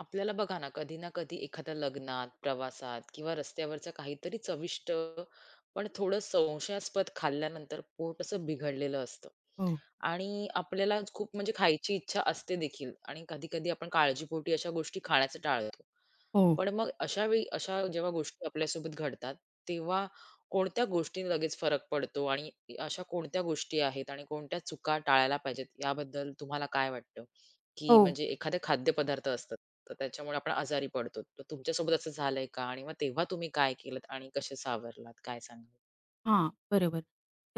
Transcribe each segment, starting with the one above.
आपल्याला बघा ना कधी ना कधी एखाद्या लग्नात, प्रवासात किंवा रस्त्यावरचं काहीतरी चविष्ट पण थोडं संशयास्पद खाल्ल्यानंतर पोट असं बिघडलेलं असतं हो, आणि आपल्याला खूप म्हणजे खायची इच्छा असते देखील आणि कधी कधी आपण काळजीपोटी अशा गोष्टी खाण्याचं टाळतो. हो. पण मग अशा वेळी अशा जेव्हा गोष्टी आपल्यासोबत घडतात, तेव्हा कोणत्या गोष्टीने लगेच फरक पडतो आणि अशा कोणत्या गोष्टी आहेत आणि कोणत्या चुका टाळायला पाहिजेत याबद्दल तुम्हाला काय वाटतं? की हो. म्हणजे एखादे खाद्यपदार्थ असतात, तर त्याच्यामुळे आपण आजारी पडतो. तर तुमच्यासोबत असं झालंय का? आणि मग तेव्हा तुम्ही काय केलत आणि कसे सावरलात? काय सांगाल? हां, बरोबर.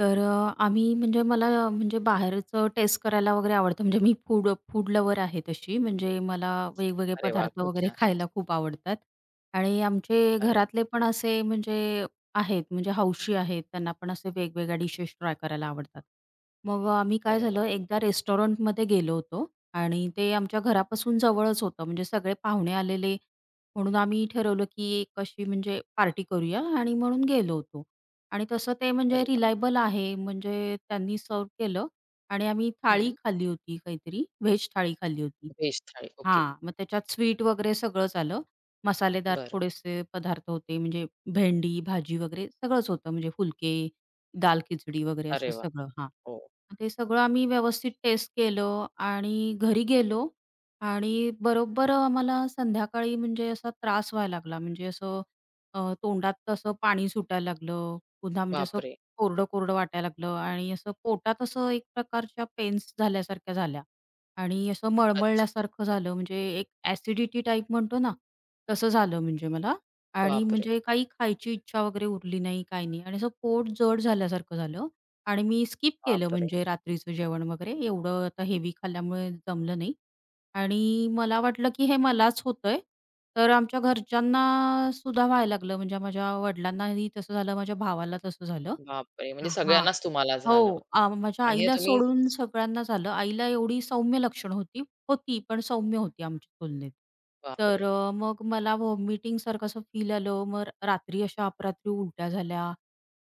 तर आम्ही म्हणजे मला म्हणजे बाहेरचं टेस्ट करायला वगैरे आवडतं. म्हणजे मी फूड फूड लव्हर आहे तशी. म्हणजे मला वेगवेगळे अरे वाह! पदार्थ खूप वगैरे छान. खायला खूप आवडतात. आणि आमचे अरे वाह! घरातले पण असे म्हणजे आहेत, म्हणजे हौशी आहेत. त्यांना पण असे वेगवेगळ्या डिशेस ट्राय करायला आवडतात. मग आम्ही काय अरे झालं वाह! एकदा रेस्टॉरंटमध्ये गेलो होतो आणि ते आमच्या घरापासून जवळच होतं. म्हणजे सगळे पाहुणे आलेले म्हणून आम्ही ठरवलं की एक अशी म्हणजे पार्टी करूया आणि म्हणून गेलो होतो. आणि तसं ते म्हणजे अरे वाह! रिलायबल आहे, म्हणजे त्यांनी सर्व्ह केलं आणि आम्ही थाळी हं. खाल्ली होती काहीतरी, व्हेज थाळी खाल्ली होती. व्हेज थाळी. ओके. हां, मग त्याच्यात स्वीट वगैरे सगळंच आलं. मसालेदार बरं. थोडेसे पदार्थ होते, म्हणजे भेंडी, भाजी वगैरे सगळंच होतं, म्हणजे फुलके, दाल खिचडी वगैरे अरे असं वाह! सगळं. हां, हो. मग ते सगळं आम्ही व्यवस्थित टेस्ट केलं आणि घरी गेलो आणि बरोबर आम्हाला संध्याकाळी म्हणजे असा त्रास व्हायला लागला, म्हणजे असं तोंडात असं पाणी सुटायला लागलं पुन्हा म्हणजे असं बापरे! कोरडं-कोरडं वाटायला लागलं आणि असं पोटात असं एक प्रकारच्या पेन्स झाल्यासारख्या झाल्या आणि असं अच्छा. मळमळल्यासारखं झालं. म्हणजे एक ॲसिडिटी टाइप म्हणतो ना, तसं झालं म्हणजे मला आणि बापरे! म्हणजे काही खायची इच्छा वगैरे उरली नाही, काही नाही आणि असं पोट जड झाल्यासारखं झालं आणि मी स्किप केलं बापरे! म्हणजे रात्रीचं जेवण वगैरे. एवढं आता हेवी खाल्ल्यामुळे जमलं नाही. आणि मला वाटलं, की हे मलाच होतंय. तर आमच्या घरच्यांना सुद्धा व्हायला लागलं. म्हणजे माझ्या वडिलांनाही तसं झालं, माझ्या भावाला तसं झालं. बापरे! म्हणजे हा सगळ्यांनाच तुम्हाला झालं. हो. माझ्या आणि हे आईला तुम्ही सोडून सगळ्यांनाच आलं. आईला एवढी सौम्य लक्षण होती. होती, पण सौम्य होती आमच्या तुलनेत. तर बापरे! मग मला व्हॉमिटिंगसारखं असं फील आलं. मग रात्री अशा अपरात्री उलट्या झाल्या.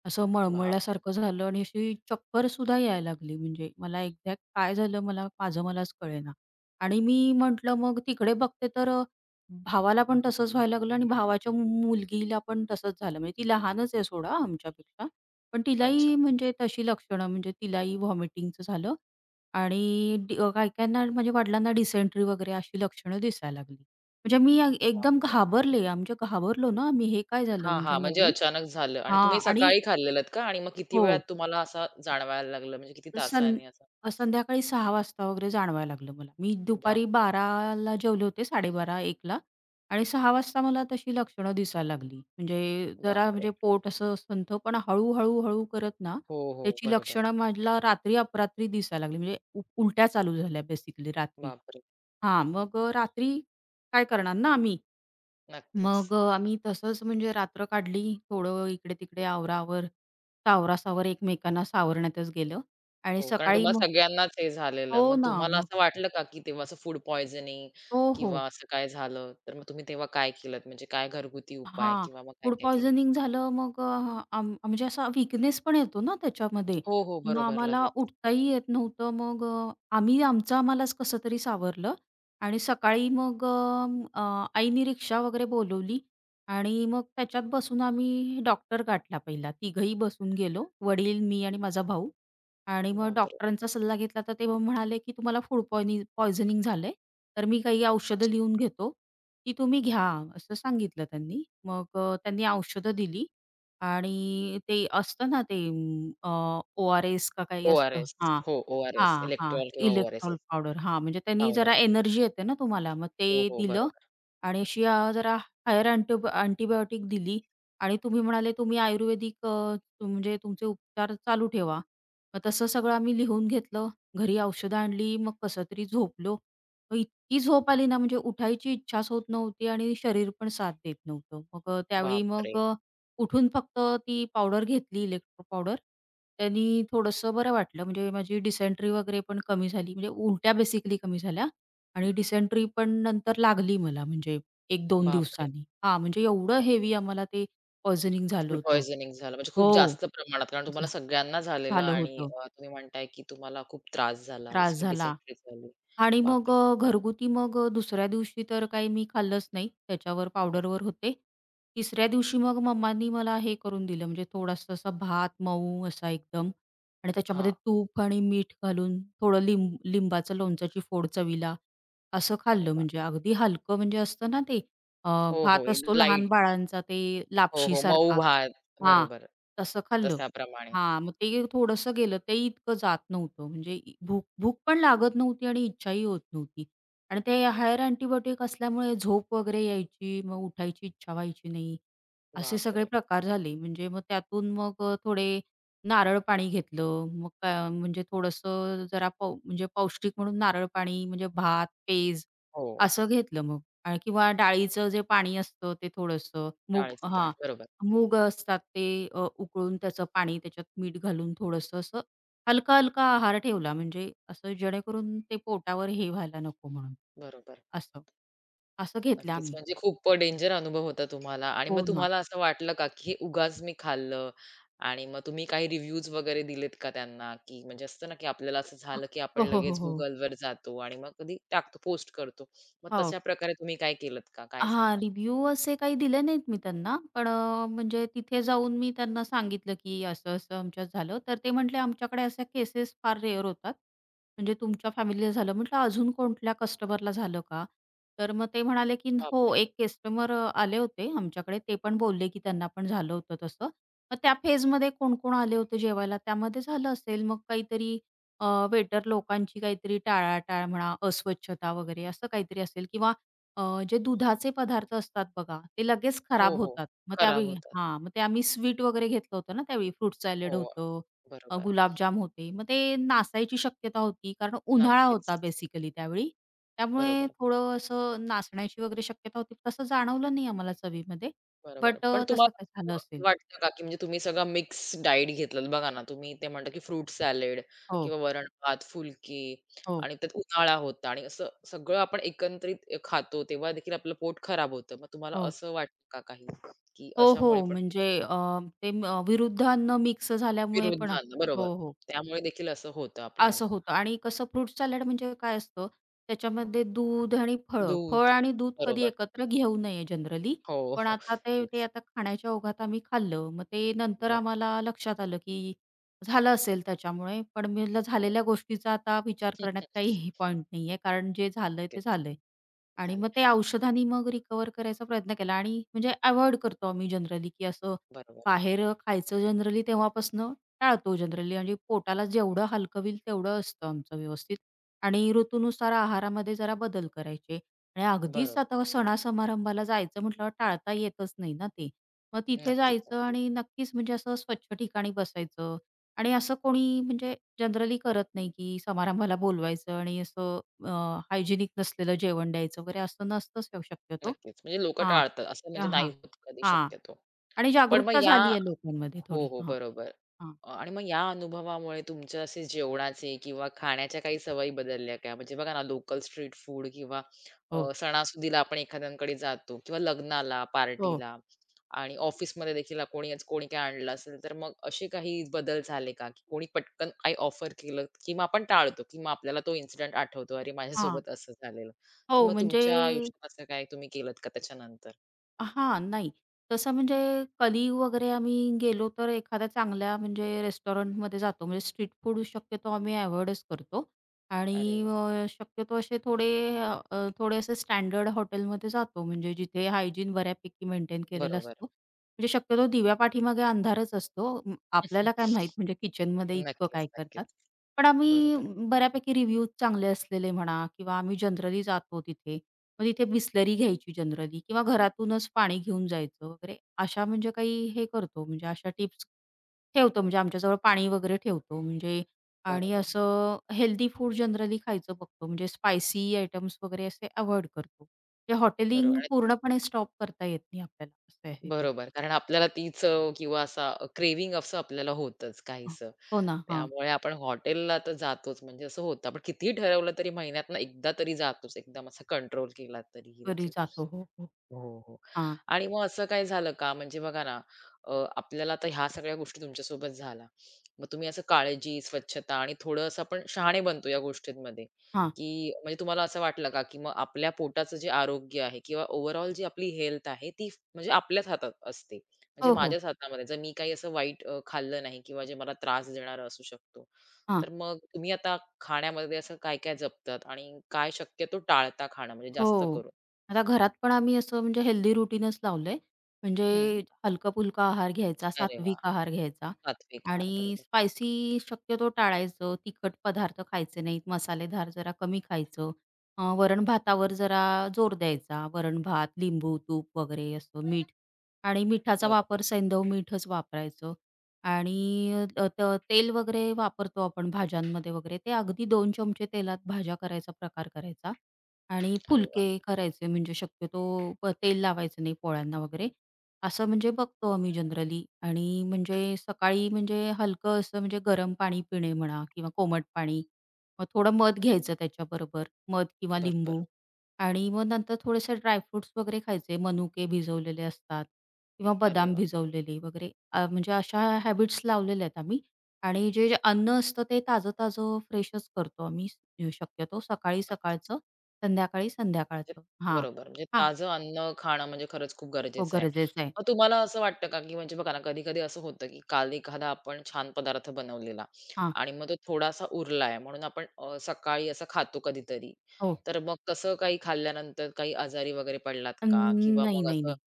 असं बापरे! मळमळल्यासारखं झालं आणि अशी चक्करसुद्धा यायला लागली. म्हणजे मला एक्झॅक्ट काय झालं मला माझं मलाच कळेना. आणि मी म्हटलं मग तिकडे बघते तर भावाला पण तसंच व्हायला लागलं आणि भावाच्या मुलगीला पण तसंच झालं. म्हणजे ती लहानच आहे सोडा आमच्यापेक्षा. पण अच्छा. तिलाही म्हणजे तशी लक्षणं म्हणजे तिलाही व्हॉमिटिंगचं झालं आणि काही-काहींना माझ्या वडिलांना डिसेंट्री वगैरे अशी लक्षणं दिसायला लागली. म्हणजे मी एकदम बापरे! घाबरले. आमच्या घाबरलो ना आम्ही, हे काय झालं हां, म्हणजे हां. म्हणजे नवीन? अचानक झालं आणि हां तुम्ही आणि सकाळी खाल्लेलत का? आणि मग किती हो. वेळात तुम्हाला असा जाणवायला लागलं? म्हणजे किती सं तासांनी असं? संध्याकाळी 6 वाजता वगैरे जाणवायला लागलं मला. मी दुपारी बापरे! 12:00ला जेवले होते 12:30-1:00ला आणि 6 वाजता मला तशी लक्षणं दिसायला लागली. म्हणजे जरा म्हणजे बापरे! पोट असं संथ पण हळू-हळू, हळू करत ना हो, हो. त्याची बरोबर. लक्षणं मला रात्री अपरात्री दिसायला लागली. म्हणजे उलट्या चालू झाल्या बेसिकली रात्री. बापरे! हां, मग रात्री काय करणार ना आम्ही. नक्कीच. मग आम्ही तसंच म्हणजे रात्र काढली. थोडं इकडे-तिकडे आवरावर, सावरासावर एकमेकांना सावरण्यातच गेलं आणि हो, कारण सकाळी तुम्हाला मग सगळ्यांनाच हे झालेलं. हो मग ना, तुम्हाला मग असं वाटलं का, की तेव्हा असं फूड पॉइझनिंग हो, हो. किंवा असं काय झालं, तर मग तुम्ही तेव्हा काय केलत? म्हणजे काय घरगुती उपाय हां, किंवा मग फूड काय-काय केलं? पॉयझनिंग झालं मग अ, आम म्हणजे असा वीकनेस पण येतो ना त्याच्यामध्ये. हो, हो. मग बरोबर. आम्हाला लगेच. उठताही येत नव्हतं. मग आम्ही आमचं आम्हालाच कसं तरी सावरलं आणि सकाळी मग आईनी रिक्षा वगैरे बोलवली आणि मग त्याच्यात बसून आम्ही डॉक्टर गाठला पहिला. तिघंही बसून गेलो. वडील, मी आणि माझा भाऊ. आणि मग बापरे! डॉक्टरांचा सल्ला घेतला तर ते म्हणाले, की "तुम्हाला फूड पॉयझनिंग झालंय, तर मी काही औषधं लिहून घेतो ती तुम्ही घ्या असं सांगितलं त्यांनी. मग त्यांनी औषधं दिली आणि ते असतं ना ते ओ-आर-एस का काही असतं. ओ-आर-एस. हां, हो, ओ-आर-एस. हां, हां. इलेक्ट्रॉल किंवा ओ-आर-एस इलेक्ट्रॉल असतं. पावडर. हां, म्हणजे त्यांनी पावडर. जरा एनर्जी येते ना तुम्हाला. मग हो, ते हो. दिलं बरोबर. आणि अशी जरा हायर अँटिबायोटिक दिली आणि तुम्ही म्हणाले तुम्ही आयुर्वेदिक म्हणजे तुमचे उपचार चालू ठेवा. मग तसं सगळं आम्ही लिहून घेतलं. घरी औषधं आणली. मग कसं तरी झोपलो. मग इतकी झोप आली ना, म्हणजे उठायची इच्छाच होत नव्हती आणि शरीर पण साथ देत नव्हतं. मग त्यावेळी बापरे! मग उठून फक्त ती पावडर घेतली इलेक्ट्रो पावडर. त्यांनी थोडंसं बरं वाटलं म्हणजे माझी डिसेंट्री वगैरे पण कमी झाली. म्हणजे उलट्या बेसिकली कमी झाल्या आणि डिसेंट्री पण नंतर लागली मला म्हणजे 1-2 बापरे! दिवसांनी. हां, म्हणजे एवढं हेवी आम्हाला ते पॉइझनिंग झालं फूड होतं. पॉइझनिंग झालं म्हणजे खूप हो, जास्त प्रमाणात कारण तुम्हाला झा सगळ्यांना झालेलं झालं आणि होतं. तुम्ही म्हणताय, की तुम्हाला खूप त्रास झाला जसं त्रास की झाला डिसेंट्री झाली. आणि मग बापरे! घरगुती मग दुसऱ्या दिवशी तर काही मी खाल्लंच नाही. त्याच्यावर पावडरवर होते. तिसऱ्या दिवशी मग मम्मांनी मला हे करून दिलं म्हणजे थोडासा असा भात मऊ असा एकदम आणि त्याच्यामध्ये हां. तूप आणि मीठ घालून थोडं लिंबाचं लोणच्याची फोड चवीला असं अरे खाल्लं. वाह! म्हणजे अगदी हलकं म्हणजे असतं ना ते अ, हो, हो. भात असतो लहान लाईट. बाळांचा ते हो, हो. मऊ लापशीसारखा. भात. हां, बरोबर. तसं खाल्लं. तशाप्रमाणे. हां, मग ते थोडंसं गेलं. ते इतकं जात नव्हतं. म्हणजे इ भूक भूक पण लागत नव्हती आणि इच्छाही होत नव्हती. आणि ते हायर अँटिबायोटिक असल्यामुळे झोप वगैरे यायची, मग उठायची इच्छा व्हायची नाही. असे सगळे बापरे! प्रकार झाले. म्हणजे मग त्यातून मग थोडे नारळ पाणी घेतलं. मग काय म्हणजे थोडंसं जरा पौ म्हणजे पौष्टिक म्हणून नारळ पाणी म्हणजे भात, पेज हो. असं घेतलं मग. आणि किंवा डाळीचं जे पाणी असतं ते थोडंसं मूग डाळीचं पाणी. हां. बरोबर, मूग असतात ते उकळून त्याचं पाणी त्याच्यात मीठ घालून थोडंसं असं हलका-हलका आहार ठेवला म्हणजे असं जेणेकरून ते पोटावर हे व्हायला नको म्हणून बरोबर. असं. असं घेतलं नक्कीच. आम्ही. म्हणजे खूप डेंजर अनुभव होता तुम्हाला आणि मग हो ना. तुम्हाला असं वाटलं का, की हे उगाच मी खाल्लं आणि मग तुम्ही काही रिव्ह्यूज वगैरे दिलेत का त्यांना? की म्हणजे असतं ना, की आपल्याला असं झालं, की आपण हो, हो, हो, लगेच हो. Googleवर जातो आणि मग कधी टाकतो, पोस्ट करतो. मग तशा हो. प्रकारे तुम्ही काय केलत का? काय हां, सांगाल? रिव्ह्यू असे काही दिले नाहीत मी त्यांना. पण म्हणजे तिथे जाऊन मी त्यांना सांगितलं, की असं-असं आमच्यात झालं. तर ते म्हटले, "आमच्याकडे अशा केसेस फार रेअर होतात. म्हणजे तुमच्या फॅमिलीला झालं." म्हटलं, "अजून कोणत्या कस्टमरला झालं का?" तर मग ते म्हणाले, की "हो, बापरे! एक कस्टमर आले होते आमच्याकडे. ते पण बोलले, की त्यांना पण झालं होतं तसं. मग त्या फेजमध्ये कोण-कोण आले होते जेवायला, त्यामध्ये झालं असेल." मग काहीतरी वेटर लोकांची काहीतरी टाळाटाळ म्हणा, अस्वच्छता वगैरे असं काहीतरी असेल किंवा जे दुधाचे पदार्थ असतात बघा, ते लगेच हो, खराब हो. होतात. मग खराब त्यावेळी होतात. हां, मग ते आम्ही स्वीट वगैरे घेतलं होतं ना त्यावेळी, फ्रूट सॅलड हो, होतं, बरोबर. गुलाबजाम होते. मग ते नासायची शक्यता होती कारण उन्हाळा होता नक्कीच. बेसिकली त्यावेळी. त्यामुळे बरोबर. थोडं असं नासण्याची वगैरे शक्यता होती. तसं जाणवलं नाही आम्हाला चवीमध्ये. बट बरोबर. पण तसं तुम्हाला काय झालं असं असेल. वाटतं का, की म्हणजे तुम्ही सगळा मिक्स डाएट घेतलं बघा ना, तुम्ही ते म्हणता, की फ्रूट सॅलड हो, किंवा वरण-भात, फुलकी हो, आणि त्यात उन्हाळा होता आणि असं सगळं आपण एकत्रित खातो तेव्हा देखील आपलं पोट खराब होतं. मग तुम्हाला हो. असं वाटतं का काही, की हो, हो. अशामुळे पण म्हणजे ते विरुद्ध अन्न मिक्स झाल्यामुळे विरोध पण झाला बरोबर. हो, हो. त्यामुळे देखील असं होतं असं आपल्याला. होतं आणि कसं फ्रूट सॅलड म्हणजे काय असतं, त्याच्यामध्ये दूध आणि फळं. फळ दूध. आणि दूध कधी बरोबर. एकत्र घेऊ नये जनरली. हो, पण हो. आता ते ते तेच. आता खाण्याच्या ओघात आम्ही खाल्लं. मग ते नंतर बरोबर, आम्हाला लक्षात आलं, की झालं असेल त्याच्यामुळे. पण मी म्हटलं झालेल्या बरोबर. गोष्टीचा आता विचार करण्यात काही पॉइंट नाहीये, कारण जे झालंय ते तेच झालंय. आणि झालंय. मग ते औषधांनी मग रिकव्हर करायचा प्रयत्न केला आणि म्हणजे अव्हॉइड करतो आम्ही जनरली, की असं बरोबर, बाहेर खायचं जनरली तेव्हापासनं टाळतो जनरली आणि पोटाला जेवढं हलकं होईल तेवढं असतं आमचं व्यवस्थित आणि ऋतूनुसार आहारामध्ये जरा बदल करायचे आणि अगदीच बरोबर. आता सणासमारंभाला जायचं म्हटल्यावर टाळता येतच नाही ना ते. मग तिथे नक्कीच, जायचं नक्कीच. आणि नक्कीच म्हणजे असं स्वच्छ ठिकाणी बसायचं आणि असं कोणी म्हणजे जनरली करत नाही, की समारंभाला बोलवायचं आणि असं अ, नसलेलं जेवण द्यायचं वगैरे असं नसतंच शक्यतो. नक्कीच. म्हणजे लोकं हां, टाळतात. असं म्हणजे नाही हां, होत कधी हां. शक्यतो. आणि पण मग जागरूकता या झाली आहे लोकांमध्ये थोडी. हो, हो. हां, बरोबर. हां. आणि मग या अनुभवामुळे तुमच्या असे जेवणाचे किंवा खाण्याच्या काही सवयी बदलल्या का? म्हणजे बघा ना, लोकल स्ट्रीट फूड किंवा हो, सणासुदीला आपण एखाद्यांकडे जातो किंवा लग्नाला, हो. पार्टीला आणि ऑफिसमध्ये देखील कोणीच कोणी काही आणलं असेल, तर मग असे काही बदल झाले का? की कोणी पटकन काही ऑफर केलं किंवा आपण टाळतो किंवा आपल्याला तो इन्सिडेंट आठवतो, "अरे, हां. माझ्यासोबत असं झालेलं." तर हो, मग म्हणजे तुमच्या आयुष्यात असं काय तुम्ही केलत का त्याच्यानंतर? हां, नाही. तसं म्हणजे कलीग वगैरे आम्ही गेलो तर एखाद्या चांगल्या म्हणजे रेस्टॉरंटमध्ये जातो. म्हणजे स्ट्रीट फूड शक्यतो आम्ही अव्हॉइडच करतो आणि अरे वा शक्यतो असे थोडे अ, अ, थोडे असे स्टँडर्ड हॉटेलमध्ये जातो. म्हणजे जिथे हायजीन बऱ्यापैकी मेंटेन केलेला बरोबर. असतो. म्हणजे शक्यतो दिव्या पाठीमागे अंधारच असतो. आपल्याला काय माहीत म्हणजे किचनमध्ये इतकं नक्कीच, काय नक्कीच. करतात. पण आम्ही बरोबर, बऱ्यापैकी रिव्ह्यूज चांगले असलेले म्हणा किंवा आम्ही जनरली जातो तिथे मग तिथे बिसलरी घ्यायची जनरली किंवा घरातूनच पाणी घेऊन जायचं वगैरे अशा म्हणजे काही हे करतो म्हणजे अशा टिप्स ठेवतो म्हणजे आमच्याजवळ पाणी वगैरे ठेवतो म्हणजे आणि बरोबर, असं हेल्दी फूड जनरली खायचं बघतो म्हणजे स्पायसी आयटम्स वगैरे असे अवॉइड करतो. म्हणजे हॉटेलिंग बरोबर आणि पूर्णपणे स्टॉप करता येत नाही आपल्याला असं आहे बरोबर. त्याच्यामध्ये. कारण आपल्याला ती चव किंवा असा क्रेव्हिंग असं आपल्याला होतंच हो काहीसं. हो ना. हां. त्यामुळे आपण हॉटेलला तर जातोच म्हणजे असं होतं. आपण कितीही ठरवलं तरी महिन्यातनं एकदा तरी जातोच. एकदम असा कंट्रोल केला तरीही घरी देखील. जातो. हो, हो. हो, हो. हां, आणि मग असं काही झालं का? म्हणजे बघा ना, आपल्याला आता ह्या सगळ्या गोष्टी तुमच्यासोबत झाल्या. मग तुम्ही असं काळजी, स्वच्छता आणि थोडं असं आपण शहाणे बनतो या गोष्टींमध्ये, हां. की म्हणजे तुम्हाला असं वाटलं का, की मग आपल्या पोटाचं जे आरोग्य आहे किंवा ओव्हरऑल जी आपली हेल्थ आहे ती म्हणजे आपल्याच हातात असते. म्हणजे हो, हो. माझ्याच हातामध्ये जर मी काही असं वाईट खाल्लं नाही किंवा जे मला त्रास देणारं असू शकतो. हां. तर मग तुम्ही आता खाण्यामध्ये असं काय-काय जपतात आणि काय शक्यतो टाळता खाणं म्हणजे जास्त हो. करून? आता घरात पण आम्ही असं म्हणजे हेल्दी रुटीनच लावलंय. हं. म्हणजे हलका-फुलका आहार घ्यायचा, अरे वाह! सात्विक आहार घ्यायचा सात्विक आहार. आणि बरोबर, स्पायसी शक्यतो टाळायचं. तिखट पदार्थ खायचे नाहीत, मसालेदार जरा कमी खायचं. वरण-भातावर जरा जोर द्यायचा. वरण-भात, लिंबू, तूप वगैरे असं मीठ आणि मिठाचा वापर बरोबर. सैंधव मीठच वापरायचं आणि अ, त तेल वगैरे वापरतो आपण भाज्यांमध्ये वगैरे, ते अगदी 2 चमचे तेलात भाज्या करायचा प्रकार करायचा आणि अरे वाह! फुलके करायचे म्हणजे शक्यतो तेल लावायचं नाही पोळ्यांना वगैरे. असं म्हणजे बघतो आम्ही जनरली आणि म्हणजे सकाळी म्हणजे हलकं असं म्हणजे गरम पाणी पिणे म्हणा किंवा कोमट पाणी. मग थोडं मध घ्यायचं त्याच्याबरोबर, मध किंवा बरोबर. लिंबू आणि मग नंतर थोडेसे ड्रायफ्रुट्स वगैरे खायचे. मनुके भिजवलेले असतात किंवा अरे बदाम वाह! भिजवलेले वगैरे म्हणजे अशा हॅबिट्स लावलेल्या आहेत आम्ही आणि जे जे अन्न असतं ते ताजं-ताजं फ्रेशच करतो आम्ही शक्यतो सकाळी नक्कीच. सकाळचं संध्याकाळी म्हणजे संध्याकाळचं. हां, बरोबर, म्हणजे हां. ताजं अन्न खाणं म्हणजे खरंच खूप हो, गरजेचं आहे. गरजेचं आहे. मग तुम्हाला असं वाटतं का, की म्हणजे बघा ना, कधी-कधी असं होतं, की काल एखादा आपण छान पदार्थ बनवलेला हां. आणि मग तो थोडासा उरलाय म्हणून आपण सकाळी असं खातो कधीतरी. हो, तर मग तसं काही खाल्ल्यानंतर काही आजारी वगैरे पडलात अं, का? किंवा नाही, मग नाही, असं नाही.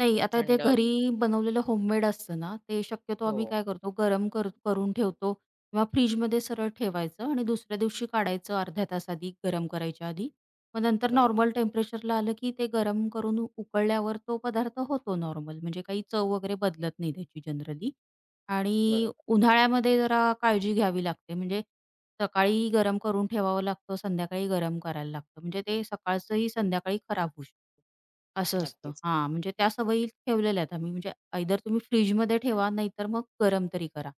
नाही, आता ते थंड घरी बनवलेलं होममेड असतं ना, ते शक्यतो हो. आम्ही काय करतो, गरम कर करून ठेवतो किंवा फ्रिजमध्ये सरळ ठेवायचं आणि दुसऱ्या दिवशी काढायचं अर्ध्या तास आधी, गरम करायच्या आधी. मग नंतर बरोबर, नॉर्मल टेम्परेचरला आलं, की ते गरम करून उकळल्यावर तो पदार्थ होतो नॉर्मल, म्हणजे काही चव वगैरे बदलत नाही त्याची जनरली. आणि बरोबर. उन्हाळ्यामध्ये जरा काळजी घ्यावी लागते, म्हणजे सकाळी गरम करून ठेवावं लागतं, संध्याकाळी गरम करायला लागतं, म्हणजे ते सकाळचंही संध्याकाळी खराब होऊ शकतं. असं असतं. नक्कीच, हां, म्हणजे त्या नक्कीच. सवयी ठेवलेल्या आहेत आम्ही. म्हणजे आयदर तुम्ही फ्रिजमध्ये ठेवा, नाहीतर मग गरम तरी करा.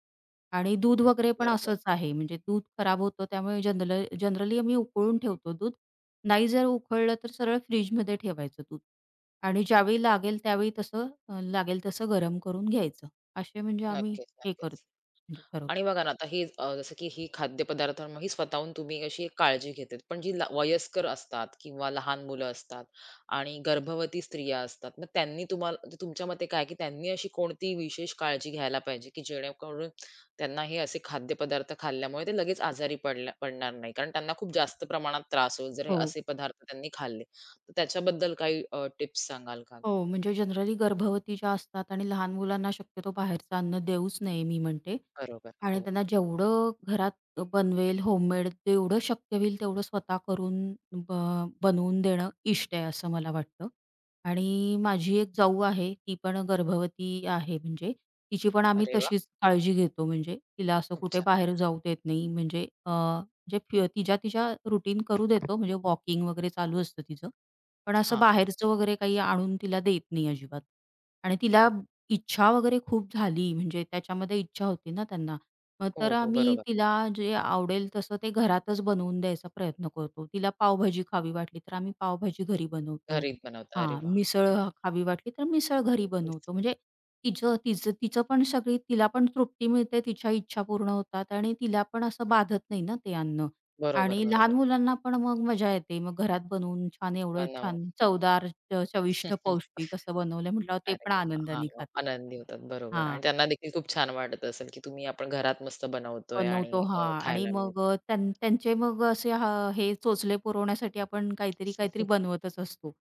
आणि दूध वगैरे पण बरोबर, असंच आहे. म्हणजे दूध खराब होतं त्यामुळे जनरली आम्ही उकळून ठेवतो दूध. नाही जर उखळलं तर सरळ फ्रिजमध्ये ठेवायचं दूध आणि ज्यावेळी बरोबर. लागेल त्यावेळी तसं लागेल तसं गरम करून घ्यायचं. असे म्हणजे आम्ही नक्कीच, हे करतो, नक्कीच. म्हणजे ठरवतो. आणि बघा ना आता हे जसं की ही खाद्यपदार्थांमुळे ही स्वतःहून तुम्ही अशी एक काळजी घेते. पण जी वयस्कर असतात किंवा लहान मुलं असतात आणि गर्भवती स्त्रिया असतात, मग त्यांनी तुम्हाला म्हणजे तुमच्या मते काय की त्यांनी अशी कोणती विशेष काळजी घ्यायला पाहिजे की जेणेकरून त्यांना हे असे खाद्यपदार्थ खाल्ल्यामुळे ते लगेच आजारी पडल्या पडणार नाही. कारण त्यांना खूप जास्त प्रमाणात त्रास होईल जर हे हो. असे पदार्थ त्यांनी खाल्ले. तर त्याच्याबद्दल काही टिप्स सांगाल का? हो, म्हणजे जनरली गर्भवती ज्या असतात आणि लहान मुलांना शक्यतो बाहेरचं अन्न देऊच नये मी म्हणते. बरोबर. आणि हो. त्यांना जेवढं घरात बनवेल होममेड जेवढं शक्य होईल तेवढं स्वतः करून ब बनवून देणं इष्ट आहे असं मला वाटतं. आणि माझी एक जाऊ आहे ती पण गर्भवती आहे म्हणजे तिची पण आम्ही अरे वाह! तशीच काळजी घेतो म्हणजे तिला असं खूप कुठे छान. बाहेर जाऊ देत नाही म्हणजे तिच्या तिच्या रुटीन करू देतो म्हणजे वॉकिंग वगैरे चालू असतं तिचं. पण असं हां. बाहेरचं वगैरे काही आणून तिला देत नाही अजिबात. आणि तिला ओ इच्छा वगैरे खूप झाली म्हणजे त्याच्यामध्ये इच्छा होती ना त्यांना. मग हो, तर हो. आम्ही बरोबर. तिला जे आवडेल तसं ते घरातच बनवून द्यायचा प्रयत्न करतो. तिला पावभाजी खावी वाटली तर आम्ही पावभाजी घरी बनवतो. घरीच बनवता. अरे हां, वाह! मिसळ खावी वाटली तर मिसळ घरी तेच. बनवतो. म्हणजे तिचं तिचं तिचं पण सगळी तिला पण तृप्ती मिळते, तिच्या इच्छा पूर्ण होतात आणि तिला पण असं बाधत नाही ना ते अन्न. आणि बरोबर, लहान बरोबर. मुलांना पण मग मजा येते. मग घरात बनवून छान एवढं बनावट. छान चवदार, चविष्ट, पौष्टिक असं बनवलंय म्हटल्यावर ते अरे पण वाह! हां, आनंदाने मग खातात. आनंदी होतात. बरोबर आणि हां, त्यांना देखील खूप छान वाटत असेल, की तुम्ही आपण घरात मस्त बनवतोय बनवतो आणि हां आणि खायला मग मिळतं. अ, त्यां त्यांचे मग असे हां, हे चोचले पुरवण्यासाठी आपण काहीतरी, काहीतरी बनवतच असतो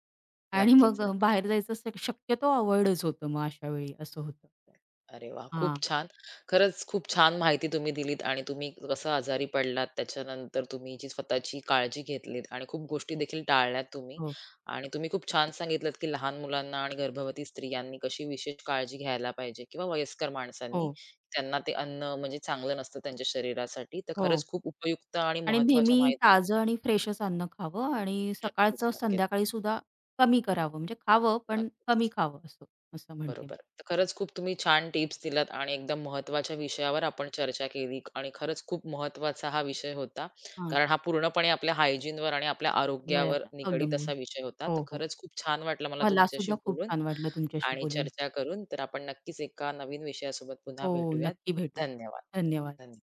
आणि नक्कीच, मग नक्कीच. बाहेर जायचं शक्यतो अव्हॉइडच होतं मग अशा वेळी असं होतं. अरे वाह! खूप हां. छान. खरंच खूप छान माहिती तुम्ही दिलीत आणि तुम्ही कसं आजारी पडलात, त्याच्यानंतर तुम्ही जी स्वतःची काळजी घेतलीत आणि खूप गोष्टी देखील टाळल्यात तुम्ही हो, आणि तुम्ही खूप छान सांगितलत, की लहान मुलांना आणि गर्भवती स्त्रियांनी कशी विशेष काळजी घ्यायला पाहिजे किंवा वयस्कर हो, माणसांनी. त्यांना ते अन्न म्हणजे चांगलं नसतं त्यांच्या शरीरासाठी. तर खरंच हो. खूप उपयुक्त आणि आणि नेहमी महत्त्वाच्या माहिती ताजं आणि फ्रेशच अन्न खावं आणि नक्कीच, सकाळचं नक्कीच, संध्याकाळी सुद्धा कमी करावं. म्हणजे खावं, पण कमी नक्कीच. खावं असं, असं म्हणते मी. बरोबर. तर खरंच खूप तुम्ही छान टिप्स दिल्यात आणि एकदम महत्त्वाच्या विषयावर आपण चर्चा केली आणि खरंच खूप महत्त्वाचा हा विषय होता. हां, कारण हा पूर्णपणे आपल्या हायजीनवर आणि आपल्या आरोग्यावर वयावर निगडीत अवलंबून. असा विषय होता. तर हो, हो. खरंच खूप छान वाटलं मला मला तुमच्याशी सुद्धा खूप बोलून छान वाटलं तुमच्याशी आणि बोलून. चर्चा करून. तर आपण नक्कीच एका नवीन विषयासोबत पुन्हा हो, भेटूयात. नक्की भेटू. धन्यवाद. धन्यवाद. धन्यवाद.